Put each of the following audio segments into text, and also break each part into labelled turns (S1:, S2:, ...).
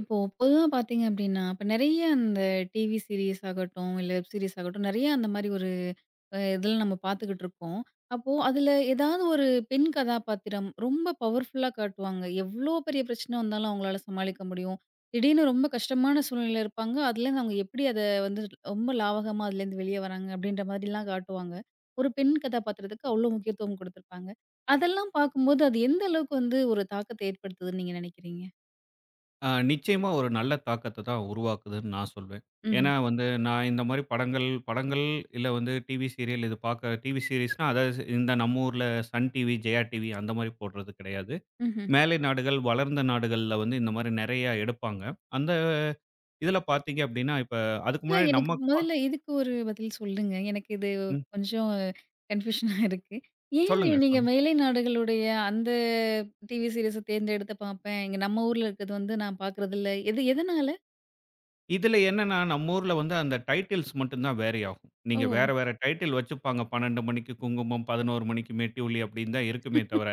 S1: இப்போ பொதுவா பார்த்தீங்க அப்டின்னா, இப்ப நெறைய அந்த டிவி சீரிஸ் ஆகட்டும், இல்ல வெப் சீரிஸ் ஆகட்டும், நெறைய அந்த மாரி ஒரு இதில நம்ம பார்த்துக்கிட்டு இருக்கோம். அப்போ அதில ஏதாவது ஒரு பெண் கதாபாத்திரம் ரொம்ப பவர்ஃபுல்லா காட்டுவாங்க. எவ்ளோ பெரிய பிரச்சனை வந்தாலும் அவங்களால சமாளிக்க முடியும். திடீர்னு ரொம்ப கஷ்டமான சூழ்நிலையில இருப்பாங்க. அதுலேருந்து அவங்க எப்படி அத வந்து ரொம்ப லாவகமா அதுலேருந்து வெளிய வராங்க அப்டின்ற மாதிரிலாம் காட்டுவாங்க. ஒரு பெண் கதாபாத்திரத்துக்கு அவ்ளோ முக்கியத்துவம் குடுத்துருப்பாங்க. அதெல்லாம் பார்க்கும்போது அது எந்த அளவுக்கு வந்து ஒரு தாக்கத்த ஏற்படுத்துதுன்னு நீங்க நெனைக்கிறீங்க?
S2: நிச்சயமா ஒரு நல்ல தாக்கத்த தான் உருவாக்குதுன்னு நான் சொல்வேன்.
S1: ம்ஹ்ம்.
S2: ஏன்னா நான் இந்த மாரி படங்கள் படங்கள் இல்ல டிவி சீரியல் இது பார்க்க டிவி சீரிஸ்னா அதாவது இந்த நம்ம ஊர்ல சன் டிவி, ஜெயா டிவி அந்த மாரி போடுறது கிடையாது.
S1: ம்ஹ்ம்.
S2: மேலை நாடுகள், வளர்ந்த நாடுகள்ல இந்த மாரி நெறைய எடுப்பாங்க. அந்த இதுல பார்த்தீங்க அப்டின்னா, இப்ப அதுக்கு
S1: இல்ல,
S2: முன்னாடி
S1: எனக்கு
S2: நம்ம பா
S1: முதல்ல இதுக்கு ஒரு பதில் சொல்லுங்க. எனக்கு இது
S2: ம்.
S1: கொஞ்சம் கன்ஃப்யூஷனா இருக்கு. ஏன்
S2: சொல்லுங்க,
S1: நீங்க
S2: சொல்லுங்க.
S1: மேலை நாடுகளுடைய அந்த டிவி சீரிஸ தேர்ந்தெடுத்து பார்ப்பேன். இங்க நம்ம ஊர்ல இருக்கிறது வந்து நான் பார்க்குறதில்ல. எது எதனால?
S2: இதுல என்னன்னா நம்ம ஊர்ல அந்த டைட்டில்ஸ் மட்டும் தான் வேரி ஆகும்.
S1: ஓ!
S2: நீங்க வேற வேற டைட்டில் வச்சுப்பாங்க. 12 மணிக்கு குங்குமம், 11 மணிக்கு மெட்டி ஒலி அப்டின்னு தான் இருக்குமே தவிர,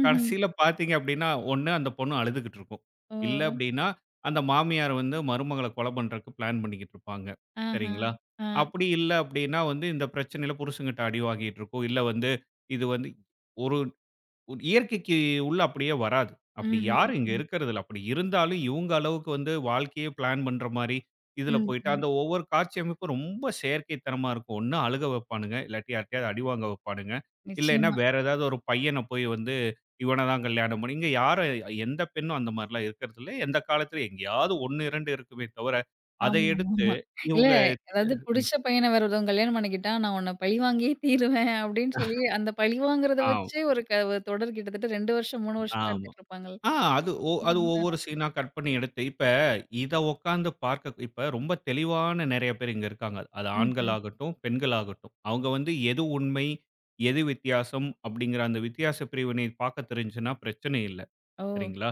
S1: ம்ஹ்ம்.
S2: கடைசியில பார்த்தீங்க அப்படின்னா, ஒண்ணு அந்த பொண்ணு அழுதுகிட்டு இருக்கும்.
S1: ஓ!
S2: இல்ல அப்படின்னா, அந்த மாமியார் மருமகள கொலை பண்றக்கு பிளான் பண்ணிக்கிட்டு இருப்பாங்க.
S1: ஆஹா!
S2: சரிங்களா?
S1: ஆ.
S2: அப்படி இல்ல அப்படின்னா இந்த பிரச்சனையில புருஷன்கிட்ட அடி வாங்கிட்டு இருக்கும். இல்ல வந்து இது வந்து ஒரு உன் இயற்கைக்கு உள்ள அப்படியே வராது. அப்படி
S1: ம்ஹ்ம்.
S2: யாரும் இங்க
S1: ம்.
S2: இருக்கிறதில்ல. அப்படி இருந்தாலும் இவங்க அளவுக்கு வாழ்க்கையே பிளான் பண்ற மாரி, இதில
S1: ம்,
S2: போயிட்டு
S1: ம்.
S2: அந்த ஒவ்வொரு காட்சி அமைப்பும் ரொம்ப செயற்கைத்தனமா இருக்கும். ஒண்ணு அழுக வைப்பானுங்க, இல்லாட்டி யார்ட்டயாவது அடி வாங்க வைப்பானுங்க. இல்லைன்னா
S1: நிச்சயமா.
S2: வேற ஏதாவது ஒரு பையன போய் இவன தான் கல்யாணம் பண்ணி இங்க யாரும் எந்த பெண்ணும் அந்த மாரிலாம் இருக்கிறதில்ல. எந்த காலத்திலும் எங்கேயாவது 1, 2 இருக்குமே தவிர, அதை
S1: ஆமா, ஆமா.
S2: எடுத்து
S1: ஆமா. இல்ல,
S2: இவங்க
S1: அதாவது
S2: ம்.
S1: புடிச்ச பையன வேற ஒருத்தவங்க கல்யாணம் பண்ணிக்கிட்டா, நான் உன்ன பழிவாங்கியே தீருவேன் அப்படின்னு சொல்லி, அந்த பழிவாங்குறத
S2: ஆம்,
S1: வச்சு ஒரு ஒரு தொடர் கிட்டத்தட்ட 2 வருஷம், 3 வருஷமா
S2: ஆமா.
S1: எடுத்துட்டு இருப்பாங்கள்ல.
S2: ஆ அது ஒவ்வொரு சீனா கட் பண்ணி எடுத்து, இப்ப இத உட்காந்து பார்க்க இப்ப ரொம்ப தெளிவான நெறைய பேர் இங்க இருக்காங்க. அது
S1: ம்ஹ்ம்.
S2: ஆண்களாகட்டும், பெண்களாகட்டும். அவங்க எது உண்மை, எது வித்தியாசம் அப்படிங்கிற அந்த வித்தியாச பிரிவினை பார்க்க தெரிஞ்சுன்னா பிரச்சனை இல்ல.
S1: ஓ!
S2: சரிங்களா?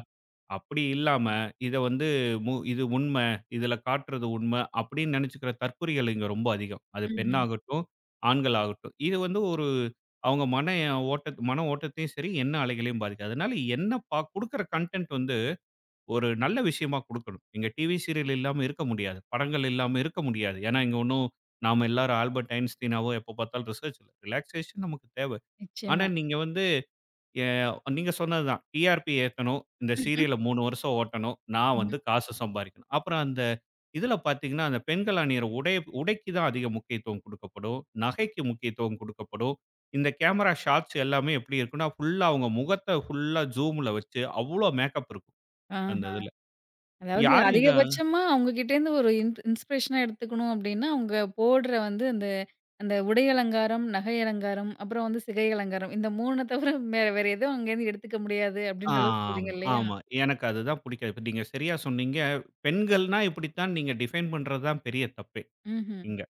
S2: அப்படி இல்லாம, இத வந்து மு இது உண்மை, இதில காட்டுறது உண்மை அப்படின்னு நினைச்சுக்கிற தற்குறிகள் இங்க ரொம்ப அதிகம். அது
S1: ம்ஹ்ம்.
S2: பெண்ணாகட்டும், ஆண்கள் ஆகட்டும். இது ஒரு அவங்க மன ஓட்டத்தையும் சரி, எண்ண அலைகளையும் பாதிக்கும். அதனால என்ன பா குடுக்குற கன்டென்ட் ஒரு நல்ல விஷயமா குடுக்கணும். இங்க டிவி சீரியல் இல்லாம இருக்க முடியாது. படங்கள் இல்லாம இருக்க முடியாது. ஏன்னா, இங்க ஒண்ணும் நாம எல்லாரும் ஆல்பர்ட் ஐன்ஸ்டீனாவோ எப்ப பார்த்தாலும் ரிசர்ச் இல்ல. ரிலாக்சேஷன் நமக்கு தேவை. ஆனா,
S1: நிச்சயமா.
S2: நீங்க வந்து எ நீங்க சொன்னது தான். டிஆர்பி ஏத்தணும். இந்த சீரியல 3 வருஷம் ஓட்டணும். நான்
S1: ம்.
S2: காசு சம்பாரிக்கணும். அப்புறம் அந்த இதில பார்த்தீங்கன்னா, அந்த பெண்கள் அணியிற உடை உடைக்கு தான் அதிக முக்கியத்துவம் குடுக்கப்படும். நகைக்கு முக்கியத்துவம் குடுக்கப்படும். இந்த கேமரா ஷாட்ஸ் எல்லாமே எப்படி இருக்குன்னா, ஃபுல்லா அவங்க முகத்த ஃபுல்லா ஜூம்ல வச்சு அவ்ளோ மேக்கப் இருக்கும். அந்த
S1: ஆஹா.
S2: இதில.
S1: அதாவது
S2: யாரும் இங்க
S1: அதிகபட்சமா அவங்க கிட்டேருந்து ஒரு இன்ஸ்பிரேஷனா எடுத்துக்கணும் அப்டின்னா, அவங்க போடுற வந்து அந்த அந்த உடை அலங்காரம், நகை அலங்காரம், அப்புறம் வந்து சிகை அலங்காரம். இந்த 3 தவிர வேற வேற எதுவும் அங்கேருந்து எடுத்துக்க முடியாது அப்டின்ற அளவுக்கு சொல்றீங்க
S2: ஆமா,
S1: இல்லையா?
S2: ஆமா. எனக்கு அதுதான் புடிக்காது. இப்ப நீங்க சரியா சொன்னீங்க. பெண்கள்னா இப்படித்தான் நீங்க டிஃபைன் பண்றது தான் பெரிய தப்பே.
S1: ம்ஹ்ம்.
S2: இங்க.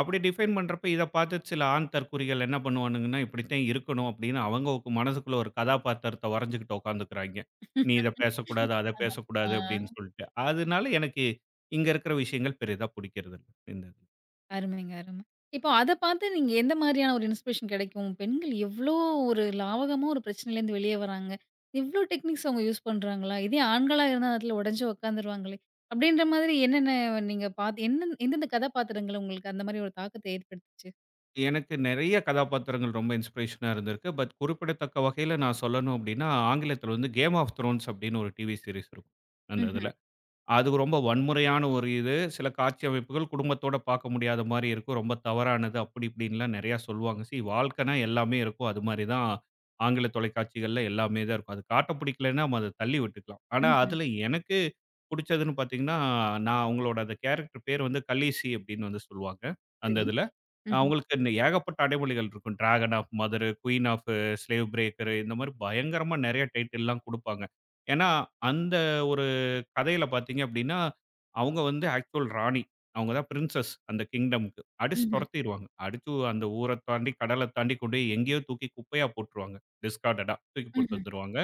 S2: அப்படி டிஃபைன் பண்றப்ப இத பார்த்து சில ஆண் தற்குறிகள் என்ன பண்ணுவானுங்கன்னா, இப்படித்தான் இருக்கணும் அப்படின்னு அவங்க மனசுக்குள்ள ஒரு கதாபாத்திரத்த வரைஞ்சுகிட்டு உட்காந்துக்கிறாய்ங்க. நீ இத பேசக்கூடாது, அத பேசக்கூடாது அப்படின்னு
S1: ஆ.
S2: சொல்லிட்டு. அதனால எனக்கு இங்க இருக்கிற விஷயங்கள் பெரிதா பிடிக்கிறது இல்ல. இந்த இது.
S1: அருமைங்க, அருமை. இப்போ அத பார்த்து நீங்க எந்த மாரியான ஒரு இன்ஸ்பிரேஷன் கிடைக்கும்? பெண்கள் எவ்ளோ ஒரு லாவகமா ஒரு பிரச்சனையிலேருந்து வெளிய வராங்க. இவ்ளோ டெக்னிக்ஸ் அவங்க யூஸ் பண்றாங்களா? இதே ஆண்களா இருந்தா அதுல உடைஞ்சு உட்காந்துருவாங்களே! அப்டின்ற மாதிரி என்னென்ன நீங்க பார்த்து, எந்தெந்த கதாபாத்திரங்கள் உங்களுக்கு அந்த மாரி ஒரு தாக்கத்த ஏற்படுத்துச்சு?
S2: எனக்கு நெறைய கதாபாத்திரங்கள் ரொம்ப இன்ஸ்பிரேஷனா இருந்திருக்கு. பட் குறிப்பிடத்தக்க வகையில நான் சொல்லணும் அப்படின்னா, ஆங்கிலத்தில Game of Thrones அப்படின்னு ஒரு டிவி சீரிஸ் இருக்கும். அந்த இதுல.
S1: ம்ஹ்ம்,
S2: அது ரொம்ப வன்முறையான ஒரு இது. சில காட்சி அமைப்புகள் குடும்பத்தோட பார்க்க முடியாத மாரி இருக்கும். ரொம்ப தவறானது அப்படி இப்படின்லாம் நெறையா சொல்லுவாங்க. வாழ்க்கைனா எல்லாமே இருக்கும். அது மாரி தான் ஆங்கில தொலைக்காட்சிகள்ல எல்லாமே தான் இருக்கும். அது காட்ட பிடிக்கலன்னா நம்ம அத தள்ளி விட்டுக்கலாம். ஆனா,
S1: ம்ஹ்ம்.
S2: அதில எனக்கு புடிச்சதுன்னு பார்த்தீங்கன்னா, நான் அவங்களோட அந்த கேரக்டர் பேர் கலீஸி அப்படின்னு சொல்லுவாங்க, அந்த
S1: சரி.
S2: இதுல.
S1: ம்ஹ்ம்,
S2: அவங்களுக்கு இன்னும் ஏகப்பட்ட அடைமொழிகள் இருக்கும். Dragon of mother, queen of slave breaker இந்த மாரி பயங்கரமா நெறைய டைட்டில்லாம் குடுப்பாங்க. ஏன்னா, அந்த ஒரு கதையில பார்த்தீங்க அப்படின்னா, அவங்க ஆக்சுவல் ராணி. அவங்க தான் பிரின்சஸ் அந்த கிங்டம்க்கு. அடிச்சு
S1: ம்ஹ்ம்,
S2: தொரத்திருவாங்க. அடிச்சு அந்த ஊர தாண்டி, கடல தாண்டி கொண்டு போய் எங்கேயோ தூக்கி குப்பையா போட்டுருவாங்க. டிஸ்கார்டடா தூக்கி போட்டு
S1: ம்ஹ்ம்,
S2: வந்துருவாங்க.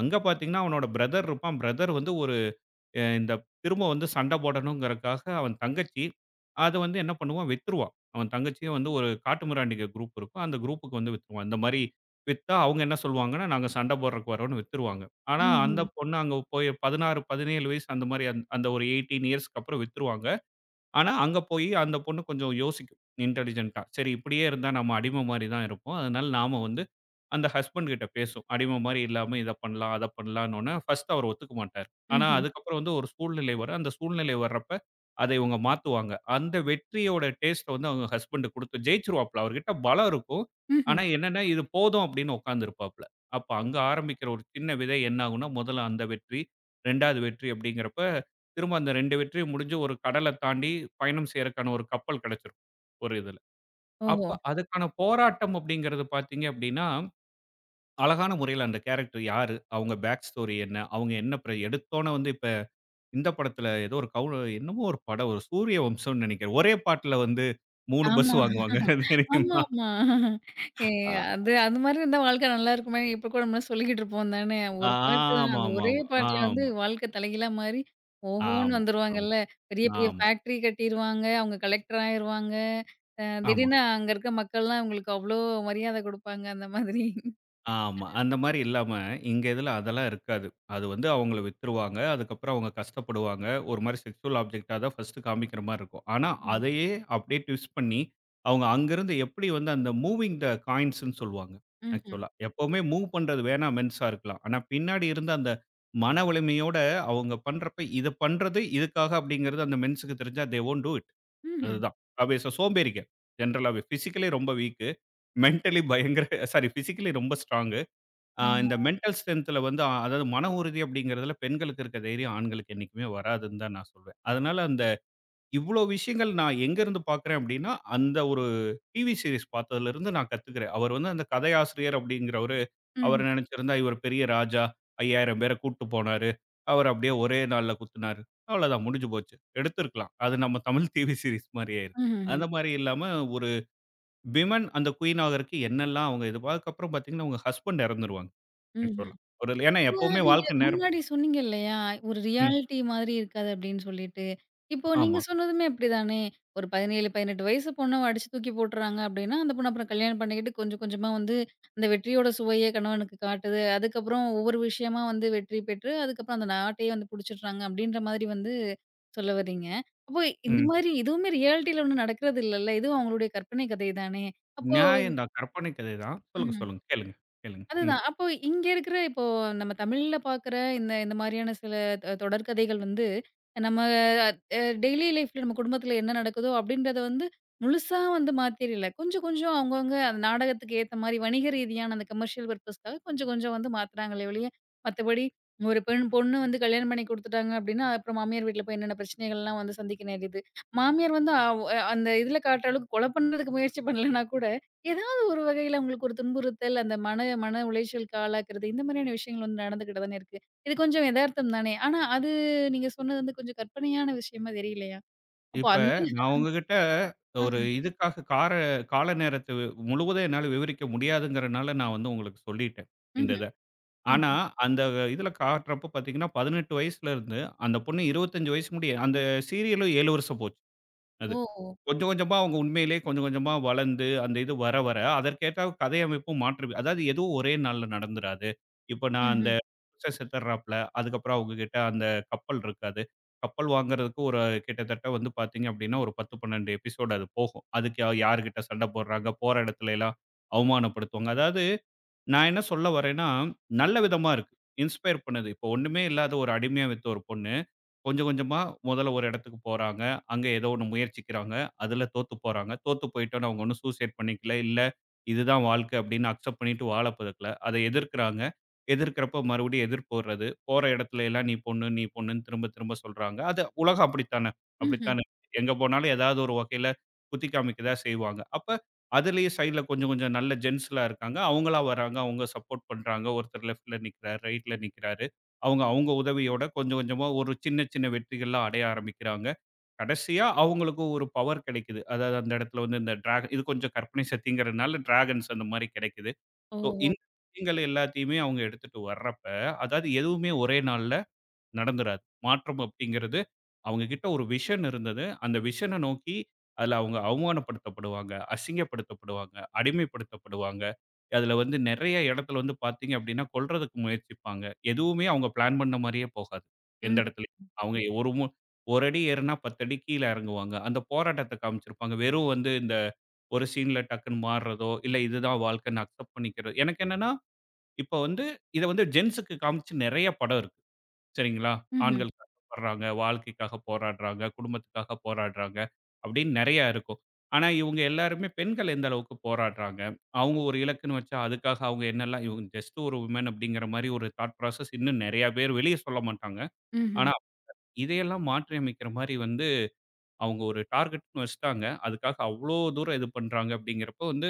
S2: அங்க பார்த்தீங்கன்னா, அவனோட பிரதர் இருப்பான். பிரதர் வந்து ஒரு அ இந்த திரும்ப சண்டை போடணுங்கிறக்காக அவன் தங்கச்சி, அத என்ன பண்ணுவான் வித்துருவான். அவன் தங்கச்சியும் ஒரு காட்டுமிராண்டிங்க குரூப் இருக்கும். அந்த குரூப்புக்கு வித்துருவான். இந்த மாரி வித்தா அவங்க என்ன சொல்லுவாங்கன்னா, நாங்க சண்டை போடுறக்கு வரோம்ன்னு வித்துருவாங்க. ஆனா, அந்த
S1: ம்ஹ்ம்,
S2: பொண்ணு அங்க போய் 16, 17 வயசு அந்த மாரி அந்த ஒரு 18 இயர்ஸ்க்கு அப்புறம் வித்துருவாங்க. ஆனா, அங்க போயி அந்த பொண்ணு கொஞ்சம் யோசிக்கும் இன்டெலிஜென்ட்டா. சரி இப்படியே இருந்தா நம்ம அடிமை மாரி தான் இருப்போம். அதனால நாம அந்த ஹஸ்பண்ட் கிட்ட பேசும். அடிமை மாரி இல்லாம இத பண்ணலாம், அத பண்ணலான்னோன, ஃபர்ஸ்ட் அவர் ஒத்துக்க மாட்டாரு. ஆனா,
S1: ம்ஹ்ம்,
S2: அதுக்கப்புறம் ஒரு சூழ்நிலை வரும். அந்த சூழ்நிலை வர்றப்ப அதை இவங்க மாத்துவாங்க. அந்த வெற்றியோட டேஸ்ட்ட அவங்க ஹஸ்பண்ட் குடுத்து ஜெயிச்சுருவாப்ல. அவர்கிட்ட பலம் இருக்கும். ஆனா
S1: ம்ஹ்ம்.
S2: என்னன்னா, இது போதும் அப்படின்னு உட்கார்ந்திருப்பாப்ல. அப்ப அங்க ஆரம்பிக்கிற ஒரு சின்ன விதை என்ன ஆகும்னா, முதல்ல அந்த வெற்றி, 2வது வெற்றி அப்படிங்கிறப்ப திரும்ப அந்த 2 வெற்றியும் முடிஞ்சு ஒரு கடல தாண்டி பயணம் செய்றக்கான ஒரு கப்பல் கிடைச்சிரும். ஒரு இதுல.
S1: ஓஹோ!
S2: அப்ப அதுக்கான போராட்டம் அப்படிங்கிறது பார்த்தீங்க அப்படின்னா, அழகான முறையில அந்த கேரக்டர் யாரு? அவங்க பேக் ஸ்டோரி என்ன? அவங்க என்ன எடுத்தோன இப்ப இந்த படத்துல ஏதோ ஒரு கவு என்னமோ ஒரு படம் ஒரு சூரிய வம்சம்னு நெனைக்கிறேன். ஒரே பாட்டுல 3 பஸ்
S1: ஆமா.
S2: வாங்குவாங்க தெரியுமா?
S1: ஆமாமா. ஏ.
S2: அ.
S1: அது அது மாரி இருந்தா வாழ்க்கை நல்லாருக்குமே! இப்ப கூட நம்மலாம் சொல்லிக்கிட்டு இருப்போம் தானே! ஒரு பாட்டு தான், அந்த
S2: ஆமாமாமா.
S1: ஒரே
S2: ஆமா,
S1: பாட்டுல வந்து
S2: ஆமா,
S1: வாழ்க்கை தலைகீழா மாறி ஓஹோன்னு
S2: ஆமா, ஆமா.
S1: வந்துருவாங்கல்ல. பெரிய பெரிய
S2: ஆமா,
S1: ஃபேக்ட்ரி கட்டிருவாங்க. அவங்க கலெக்டர் ஆயிருவாங்க. அ
S2: ஆமா,
S1: திடீர்னு அங்க இருக்க மக்கள்லாம் இவங்களுக்கு அவ்ளோ மரியாதை குடுப்பாங்க அந்த மாதிரி.
S2: ஆமா. அந்த மாரி இல்லாம, இங்க இதுல அதெல்லாம் இருக்காது. அது அவங்கள வித்துருவாங்க. அதுக்கப்புறம் அவங்க கஷ்டப்படுவாங்க. ஒரு மாரி செக்ஸுவல் ஆப்ஜெக்ட்டா தான் ஃபர்ஸ்ட்டு காமிக்கிற மாரி இருக்கும். ஆனா,
S1: ம்.
S2: அதையே அப்படியே ட்விஸ்ட் பண்ணி, அவங்க அங்கிருந்து எப்படி அந்த மூவிங் த காயின்ஸ்ன்னு சொல்லுவாங்க,
S1: ம்ஹ்ம்.
S2: ஆக்சுவலா. எப்பவுமே மூவ் பண்றது வேணா மென்ஸா இருக்கலாம். ஆனா, பின்னாடி இருந்த அந்த மன வலிமையோட அவங்க பண்றப்ப, இத பண்றது இதுக்காக அப்படிங்கிறது அந்த மென்ஸுக்கு தெரிஞ்சா, தே ஒன்ட் டூ இட்.
S1: ம்ஹ்ம்.
S2: அதுதான். அவேச சோம்பேறிங்க. ஜென்ரலாவே. பிசிக்கலி ரொம்ப வீக்கு. மென்டலி பயங்கர சாரி பிசிக்கலி ரொம்ப ஸ்ட்ராங்.
S1: ஆமா.
S2: இந்த மென்டல் ஸ்ட்ரென்த்துல வந்து அ அதாவது மன உறுதி அப்படிங்கிறதுல பெண்களுக்கு இருக்க தைரியம் ஆண்களுக்கு என்னைக்குமே வராதுன்னு தான் நான் சொல்வேன். அதனால அந்த இவ்ளோ விஷயங்கள் நான் எங்கேருந்து பார்க்குறேன் அப்படின்னா, அந்த ஒரு டிவி சீரிஸ் பார்த்ததுலருந்து நான் கத்துக்கிறேன். அவர் அந்த கதையாசிரியர் அப்படிங்கிறவரு, அவர்
S1: ம்.
S2: நினைச்சிருந்தா இவர் பெரிய ராஜா 5,000 பேர கூட்டு போனாரு. அவர் அப்படியே ஒரே நாள்ல குத்துனாரு. அவ்வளோதான் முடிஞ்சு போச்சு. எடுத்திருக்கலாம். அது நம்ம தமிழ் டிவி சீரிஸ் மாரியே இருக்கும்.
S1: ம்ஹ்ம்.
S2: அந்த மாரி இல்லாம ஒரு விமன் அந்த குயின் ஆகறக்கு என்னெல்லாம் அவங்க இது அதுக்கப்புறம் பார்த்தீங்கன்னா, அவங்க ஹஸ்பண்ட் இறந்துருவாங்க.
S1: ம்ஹ்ம்.
S2: நிச்சயமா. ஒரு ஏன்னா
S1: ஆனா,
S2: எப்பவுமே
S1: நீங்க
S2: வாழ்க்கை நேரம்
S1: முன்னாடி சொன்னீங்க இல்லையா? ஒரு
S2: ம்.
S1: ரியாலிட்டி மாதிரி இருக்காது அப்படின்னு சொல்லிட்டு. இப்போ நீங்க
S2: ஆமா.
S1: சொன்னதுமே அப்படிதானே? ஒரு 17, 18 வயசு பொண்ண அடிச்சு தூக்கி போட்டுறாங்க அப்படின்னா, அந்த பொண்ணு அப்புறம் கல்யாணம் பண்ணிக்கிட்டு கொஞ்சம் கொஞ்சமா வந்து அந்த வெற்றியோட சுவைய கணவனுக்கு காட்டுது. அதுக்கப்புறம் ஒவ்வொரு விஷயமா வந்து வெற்றி பெற்று, அதுக்கப்புறம் அந்த நாட்டையே வந்து பிடிச்சிடுறாங்க அப்படின்ற மாதிரி வந்து சொல்ல வர்றீங்க. அப்போ இந்த
S2: ம்.
S1: மாதிரி இதுவுமே ரியாலிட்டில ஒண்ணும் நடக்கிறது இல்லல்ல. இதுவும் அவங்களுடைய கற்பனை கதை தானே? அப்போ
S2: நியாயம் தான். கற்பனை கதை தான். சொல்லுங்க, சொல்லுங்க. கேளுங்க, கேளுங்க. ம்.
S1: அதுதான். அப்போ இங்க இருக்கிற இப்போ நம்ம தமிழ்ல பார்க்குற இந்த இந்த மாரியான சில தொடர்கதைகள் வந்து, நம்ம டெய்லி லைஃப்ல நம்ம குடும்பத்தில என்ன நடக்குதோ அப்படின்றத வந்து முழுசா வந்து மாத்திரல. கொஞ்சம் கொஞ்சம் அவங்கவங்க அந்த நாடகத்துக்கு ஏத்த மாரி வணிக ரீதியான அந்த கமர்ஷியல் பர்ப்பஸ்க்காக கொஞ்சம் கொஞ்சம் வந்து மாத்துறாங்களே ஒழிய, மத்தபடி ஒரு பொண்ணு வந்து கல்யாணம் பண்ணி குடுத்துட்டாங்க அப்படின்னா, அப்புறம் மாமியார் வீட்ல போய் என்னென்ன பிரச்சனைகள்லாம் வந்து சந்திக்க நேரியுது. மாமியார் வந்து அந்த இதுல காட்டுற அளவுக்கு கொலை பண்றதுக்கு முயற்சி பண்ணலனா கூட, ஒரு வகையில உங்களுக்கு ஒரு துன்புறுத்தல், அந்த மன மன உளைச்சலுக்கு ஆளாக்குறது, இந்த மாதிரியான விஷயங்கள் வந்து நடந்துகிட்டு தானே இருக்கு. இது கொஞ்சம் எதார்த்தம் தானே! ஆனா அது, நீங்க சொன்னது வந்து கொஞ்சம் கற்பனையான விஷயமா தெரியலையா? அப்போ
S2: இப்ப
S1: அந்த.
S2: நான் உங்ககிட்ட
S1: அ
S2: ஒரு இதுக்காக கால நேரத்த முழுவதும் என்னால விவரிக்க முடியாதுங்கிறனால நான் உங்களுக்கு சொல்லிட்டேன். இந்த
S1: ம்ஹ்ம்,
S2: இத. ஆனா,
S1: ம்ஹ்ம்.
S2: அந்த இதுல காட்டுறப்ப பார்த்தீங்கன்னா, 18 வயசுல இருந்து அந்த பொண்ணு 25 வயசு முடிய அந்த சீரியலும் 7 வருஷம் போச்சு.
S1: ஓ!
S2: கொஞ்சம் கொஞ்சமா அவங்க உண்மையிலேயே கொஞ்சம் கொஞ்சமா வளர்ந்து, அந்த இது வர வர, அதற்கேற்றாற் கதை அமைப்பும் மாற்று அதாவது எதுவும் ஒரே நாள்ல நடந்துராது. இப்ப நான் அந்த
S1: ம்ஹ்ம்,
S2: செத்துடுறாப்ல. அதுக்கப்புறம் அவங்க கிட்ட அந்த கப்பல் இருக்காது. கப்பல் வாங்குறதுக்கு ஒரு கிட்டத்தட்ட பார்த்தீங்க அப்படின்னா, ஒரு 10, 12 எபிசோடு அது போகும். அதுக்கு யார்கிட்ட சண்டை போடுறாங்க, போற இடத்துலலாம் அவமானப்படுத்துவாங்க. அதாவது நான் என்ன சொல்ல வரேன்னா, நல்ல விதமா இருக்கு. இன்ஸ்பயர் பண்ணுது. இப்போ ஒண்ணுமே இல்லாத ஒரு அடிமையா வித்த ஒரு பொண்ணு, கொஞ்சம் கொஞ்சமா முதல்ல ஒரு இடத்துக்கு போறாங்க. அங்க ஏதோ ஒண்ணு முயற்சிக்கிறாங்க. அதுல தோத்து போறாங்க. தோத்து போயிட்டோம்னு அவங்க ஒண்ணும் சூசைட் பண்ணிக்கல. இல்ல இதுதான் வாழ்க்கை அப்படின்னு அக்செப்ட் பண்ணிட்டு வாழ பழக்கல. அதை எதிர்க்கிறாங்க. எதிர்க்கிறப்ப மறுபடியும் எதிர்ப்பு வர்றது. போற இடத்துல எல்லாம் நீ பொண்ணு, நீ பொண்ணுன்னு திரும்ப திரும்ப சொல்றாங்க. அது உலகம் அப்படித்தானே
S1: ம்ஹ்ம்.
S2: அப்படித்தானே. எங்க போனாலும் ஏதாவது ஒரு வகையில குத்தி காமிக்க தான் செய்வாங்க. அப்ப அதுலயும் சைடுல கொஞ்சம் கொஞ்சம் நல்ல ஜென்ஸ்லாம் இருக்காங்க. அவங்களா வராங்க. அவங்க சப்போர்ட் பண்றாங்க. ஒருத்தர் லெஃப்ட்ல நிக்கிறாரு, ரைட்ல நிக்கிறாரு. அவங்க அவங்க உதவியோட கொஞ்சம் கொஞ்சமா ஒரு சின்ன சின்ன வெற்றிகள்லாம் அடைய ஆரம்பிக்கிறாங்க. கடைசியா அவங்களுக்கு ஒரு பவர் கிடைக்குது. அதாவது அந்த இடத்துல இந்த டிராகன் இது கொஞ்சம் கற்பனை சக்திங்கிறதுனால டிராகன்ஸ் அந்த மாரி கிடைக்குது. ஸோ
S1: ஓஹோ!
S2: இந்த விஷயங்கள் எல்லாத்தையுமே அவங்க எடுத்துட்டு வர்றப்ப, அதாவது எதுவுமே ஒரே நாள்ல நடந்துராது. மாற்றம் அப்படிங்கிறது அவங்க கிட்ட ஒரு விஷன் இருந்தது. அந்த விஷன நோக்கி அதில அவங்க அவமானப்படுத்தப்படுவாங்க, அசிங்கப்படுத்தப்படுவாங்க, அடிமைப்படுத்தப்படுவாங்க. அதில நெறைய இடத்துல பார்த்தீங்க அப்படின்னா, கொல்றதுக்கு முயற்சிப்பாங்க. எதுவுமே அவங்க பிளான் பண்ண மாரியே போகாது. எந்த
S1: ம்,
S2: இடத்துலயும். அவங்க ஒரு ஒரு அடி ஏறுனா 10 அடி கீழ இறங்குவாங்க. அந்த போராட்டத்த காமிச்சிருப்பாங்க. வெறும் இந்த ஒரு சீன்ல டக்குன்னு மாறுறதோ, இல்ல இதுதான் வாழ்க்கைன்னு அக்செப்ட் பண்ணிக்கிறது. எனக்கு என்னன்னா, இப்ப இத ஜென்ஸ்‌ஸுக்கு காமிச்சு நெறைய படம் இருக்கு. சரிங்களா?
S1: ம்ஹ்ம்,
S2: ஆண்கள் கஷ்டப்படுறாங்க, வாழ்க்கைக்காக போராடுறாங்க, குடும்பத்துக்காக போராடுறாங்க அப்படின்னு நெறையா இருக்கும். ஆனா இவங்க எல்லாருமே பெண்கள் எந்த அளவுக்கு போராடுறாங்க, அவங்க ஒரு இலக்குன்னு வச்சா அதுக்காக அவங்க என்னெல்லாம் இவங்க ஜஸ்ட் ஒரு விமன் அப்படிங்கிற மாரி ஒரு தாட் ப்ராசஸ் இன்னும் நெறையா பேர் வெளிய சொல்ல மாட்டாங்க.
S1: ம்ஹ்ம்.
S2: ஆனா இதையெல்லாம் மாற்றியமைக்கிற மாரி அவங்க ஒரு டார்கெட்ன்னு வச்சுட்டாங்க. அதுக்காக அவ்ளோ தூரம் இது பண்றாங்க அப்படிங்கிறப்போ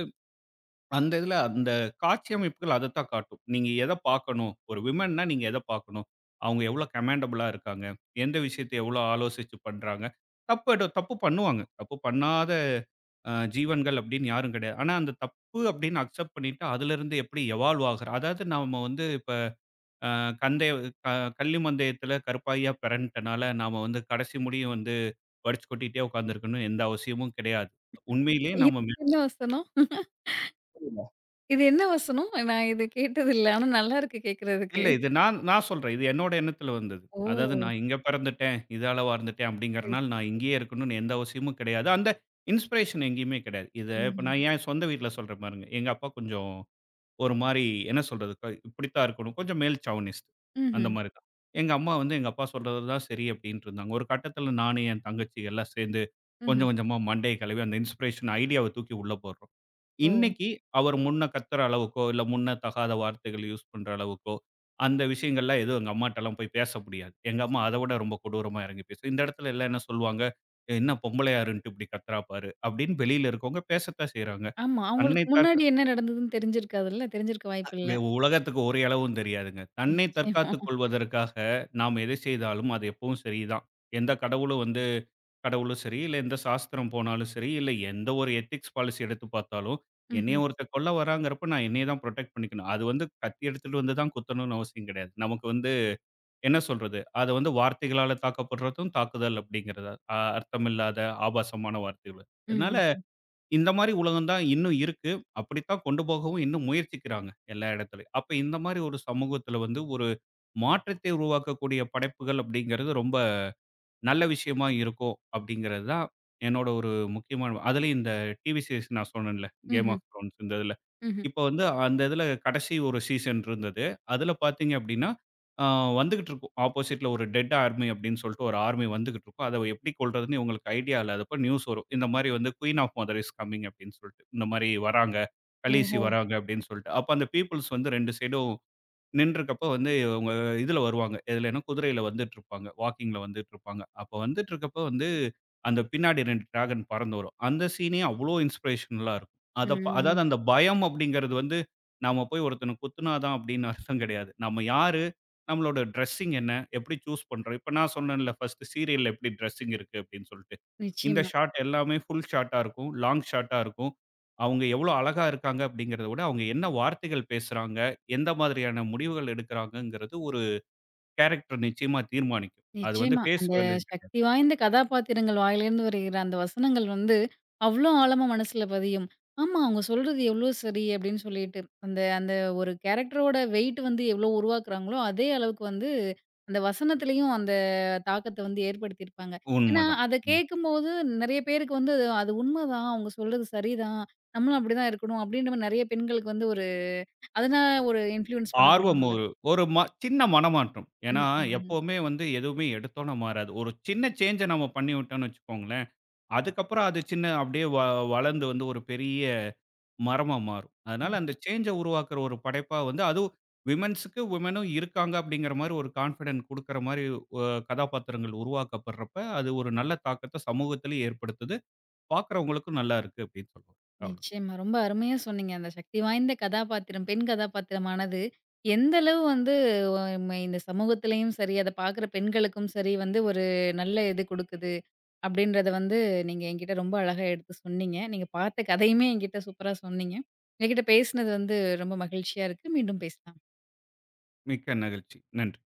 S2: அந்த இதுல அந்த காட்சி அமைப்புகள் அதத்தான் காட்டும். நீங்க எத பார்க்கணும், ஒரு விமன்னா நீங்க எத பார்க்கணும்? அவங்க எவ்ளோ கமாண்டபுளா இருக்காங்க? எந்த விஷயத்த எவ்ளோ ஆலோசிச்சு பண்றாங்க? தப்பு பண்ணுவாங்க. தப்பு பண்ணாத ஜீவன்கள் அப்படின்னு யாரும் கிடையாது. ஆனா அந்த தப்பு அப்படின்னு அக்செப்ட் பண்ணிட்டு அதிலிருந்து எப்படி எவால்வ் ஆகுற அதாவது நாம இப்ப அ கந்தை க கள்ளி மந்தயத்துல கருப்பாயியா பெறன்ட்டனால நாம கடைசி முடியும் வடிச்சு கொட்டிட்டே உட்கார்ந்திருக்கணும்னு எந்த அவசியமும் கிடையாது. உண்மையிலேயே
S1: இது
S2: நாம
S1: என்ன வசனம்? இது என்ன வசனம்? நான் இது கேட்டதில்ல. ஆனா நல்லாருக்கு கேட்கறதுக்கு.
S2: இல்ல. இது நான் நான் சொல்றேன். இது என்னோட எண்ணத்தில வந்தது. அதாவது
S1: ஓ!
S2: நான் இங்க பிறந்துட்டேன், இதால வாழ்ந்துட்டேன்
S1: சரி,
S2: அப்படிங்கிறனால நான்
S1: சரி.
S2: இங்கேயே இருக்கணும்னு எந்த அவசியமும் கிடையாது. அந்த இன்ஸ்பிரேஷன் எங்கேயுமே கிடையாது. இத இப்ப
S1: ம்ஹ்ம்,
S2: நான் என் சொந்த வீட்ல சொல்றேன் பாருங்க. எங்க அப்பா கொஞ்சம் ஒரு மாரி என்ன சொல்றது? இப்படித்தான் இருக்கணும். கொஞ்சம் மேல் சாவனிஸ்ட் அந்த
S1: ம்ஹ்ம்,
S2: மாரி தான். எங்க அம்மா எங்க அப்பா சொல்றது தான் சரி அப்படின்ட்டு இருந்தாங்க. ஒரு கட்டத்தில நானு, என் தங்கச்சி எல்லாம் சேர்ந்து
S1: ம்ஹ்ம்.
S2: கொஞ்சம் கொஞ்சமா மண்டைய கழுவி அந்த இன்ஸ்பிரேஷன் ஐடியாவ தூக்கி உள்ள போடுறோம்.
S1: ஓ!
S2: இன்னைக்கு அவர் முன்ன கத்துற அளவுக்கோ, இல்ல முன்ன தகாத வார்த்தைகள் யூஸ் பண்ற அளவுக்கோ, அந்த விஷயங்கள்லாம் எதுவும் எங்க அம்மாட்டலாம் போய் பேச முடியாது. எங்க அம்மா அத விட ரொம்ப கொடூரமா இறங்கி பேசும். இந்த இடத்துல எல்லாம் என்ன சொல்லுவாங்க? "என்ன பொம்பளையா இருந்துட்டு இப்படி கத்துறா பாரு" அப்படின்னு வெளியில இருக்கவங்க பேசத்தான் செய்றாங்க.
S1: ஆமா.
S2: தன்னை
S1: அவங்களுக்கு
S2: தற்
S1: முன்னாடி என்ன நடந்ததுன்னு தெரிஞ்சிருக்காதுல்ல. தெரிஞ்சிருக்க
S2: வே
S1: வாய்ப்பில்ல.
S2: உலகத்துக்கு ஒரு இலவும் தெரியாதுங்க. தன்னை
S1: நிச்சயமா.
S2: தற்காத்துக் கொள்வதற்காக நாம் எதை செய்தாலும் அது எப்பவும் சரிதான். எந்த கடவுளும் வந்து கடவுளும் சரி, இல்ல எந்த சாஸ்திரம் போனாலும் சரி, இல்ல எந்த ஒரு எத்திக்ஸ் பாலிசி எடுத்து பார்த்தாலும், என்னைய
S1: ம்ஹ்ம்.
S2: ஒருத்தன் கொல்ல வராங்கிறப்ப நான் என்னைய தான் புரொடெக்ட் பண்ணிக்கணும். அது கத்தி எடுத்துட்டு தான் குத்தணும்னு அவசியம் கிடையாது. நமக்கு என்ன சொல்றது? அத வார்த்தைகளால தாக்கப்படுறதும் தாக்குதல் அப்படிங்கிறது. அர்த்தமில்லாத ஆபாசமான வார்த்தைகள். அதனால
S1: ம்ஹ்ம்.
S2: இந்த மாரி உலகம் தான் இன்னும் இருக்கு. அப்படித்தான் கொண்டு போகவும் இன்னும் முயற்சிக்கிறாங்க எல்லா இடத்துலயும். அப்ப இந்த மாரி ஒரு சமூகத்துல ஒரு மாற்றத்தை உருவாக்கக்கூடிய படைப்புகள் அப்படிங்கிறது ரொம்ப நல்ல விஷயமா இருக்கும் அப்படிங்கிறது தான் என்னோட ஒரு முக்கியமான அதுலயும் இந்த டிவி சீரிஸ் நான் சொன்னேன்ல கேம்
S1: ம்ஹ்ம்.
S2: ஆஃப் த்ரோன்ஸ் இந்த இதில்
S1: ம்ஹ்ம்.
S2: இப்போ அந்த இதில் கடைசி ஒரு சீசன் இருந்தது அதில் பார்த்தீங்க அப்படின்னா வந்துகிட்டு இருக்கும் ஆப்போசிட்ல ஒரு டெட் ஆர்மி அப்படின்னு சொல்லிட்டு ஒரு ஆர்மி வந்துகிட்டு இருக்கும் அதை எப்படி கொள்றதுன்னு உங்களுக்கு ஐடியா இல்லாதப்ப நியூஸ் வரும் இந்த மாதிரி queen of mother is coming அப்படின்னு சொல்லிட்டு இந்த மாதிரி வராங்க கலீசி
S1: ஓஹோ!
S2: வராங்க அப்படின்னு சொல்லிட்டு அப்போ அந்த பீப்புள்ஸ் ரெண்டு சைடும் நின்றுக்கப்ப அவங்க இதுல வருவாங்க. எதுலன்னா குதிரையில வந்துட்டுருப்பாங்க. வாக்கிங்ல வந்துட்டுருப்பாங்க. அப்ப வந்துட்டுருக்கப்ப அந்த பின்னாடி 2 டிராகன் பறந்து வரும். அந்த சீனே அவ்ளோ இன்ஸ்பிரேஷனலா இருக்கும். அத ப அதாவது
S1: ம்.
S2: அந்த பயம் அப்படிங்கிறது நாம போய் ஒருத்தன குத்துனா தான் அப்படின்னு அர்த்தம் கிடையாது. நம்ம யாரு? நம்மளோட ட்ரெஸ்ஸிங் என்ன? எப்படி சூஸ் பண்றோம்? இப்ப நான் சொன்னேன்ல ஃபர்ஸ்ட் சீரியல்ல எப்படி ட்ரெஸ்ஸிங் இருக்கு அப்படின்னு சொல்ட்டு. இந்த
S1: நிச்சயமா,
S2: ஷாட் எல்லாமே ஃபுல் ஷாட்டா இருக்கும். லாங் ஷாட்டா இருக்கும். அவங்க எவ்வளோ அழகா இருக்காங்க அப்படிங்கிறத விட அவங்க என்ன வார்த்தைகள் பேசுறாங்க? எந்த மாதிரியான முடிவுகள் எடுக்கிறாங்கங்கிறது ஒரு கேரக்டர் நிச்சயமா தீர்மானிக்கும். அது
S1: நிச்சயமா.
S2: ஃபேஸ்
S1: அந்த
S2: வேல்யூ
S1: சக்தி வாய்ந்த கதாபாத்திரங்கள் வாயிலேருந்து வருகிற அந்த வசனங்கள் வந்து, அவ்ளோ ஆழமா மனசுல பதியும். ஆமா, அவங்க சொல்றது எவ்ளோ சரி அப்படின்னு சொல்லிட்டு, அந்த அந்த ஒரு கேரக்டரோட வெயிட் வந்து எவ்ளோ உருவாக்குறாங்களோ, அதே அளவுக்கு வந்து அந்த வசனத்திலயும் அந்த தாக்கத்த வந்து ஏற்படுத்தியிருப்பாங்க. ஏன்னா,
S2: உண்மதான்.
S1: அத
S2: ம்.
S1: கேட்கும்போது நெறைய பேருக்கு வந்து அது அது உண்மதான். அவங்க சொல்றது சரிதான். நம்மளும் அப்படிதான் இருக்கணும் அப்படின்ற மாரி நெறைய பெண்களுக்கு வந்து ஒரு, அதனால ஒரு இன்ஃப்ளூயன்ஸ்
S2: ஆர்வம்
S1: பண்ணப்படுவாங்கல்ல.
S2: ஒரு ஒரு ம சின்ன மனமாற்றம்.
S1: ம்,
S2: ஏன்னா,
S1: ம். ம்.
S2: எப்பவுமே எதுவுமே எடுத்தோனே மாறாது. ஒரு சின்ன சேஞ்ச நம்ம பண்ணிவிட்டோம்னு வச்சுக்கோங்களேன், அதுக்கப்புறம் அது சின்ன அப்படியே வ வளர்ந்து ஒரு பெரிய மரமா மாறும். அதனால அந்த சேஞ்ச உருவாக்குற ஒரு படைப்பா அதுவும் விமென்ஸுக்கு விமெனும் இருக்காங்க அப்படிங்கிற மாரி ஒரு கான்ஃபிடன்ட் குடுக்குற மாரி ஒ கதாபாத்திரங்கள் உருவாக்கப்படுறப்ப, அது ஒரு நல்ல தாக்கத்த சமூகத்திலும் ஏற்படுத்துது. பார்க்கிறவங்களுக்கும் நல்லா இருக்கு அப்படின்னு சொல்லுவோம். அவ்வளோ.
S1: நிச்சயமா. ரொம்ப அருமையா சொன்னீங்க. அந்த சக்தி வாய்ந்த கதாபாத்திரம், பெண் கதாபாத்திரமானது எந்த அளவு வந்து அ ம இந்த சமூகத்திலயும் சரி, அத பார்க்குற பெண்களுக்கும் சரி வந்து ஒரு நல்ல இது குடுக்குது. அப்படின்றத வந்து நீங்க என்கிட்ட ரொம்ப அழகா எடுத்து சொன்னீங்க. நீங்க பார்த்த கதையுமே என்கிட்ட சூப்பரா சொன்னீங்க. என்கிட்ட பேசினது வந்து ரொம்ப மகிழ்ச்சியா இருக்கு. மீண்டும் பேசலாம்.
S2: மிக்க மகிழ்ச்சி. நன்றி.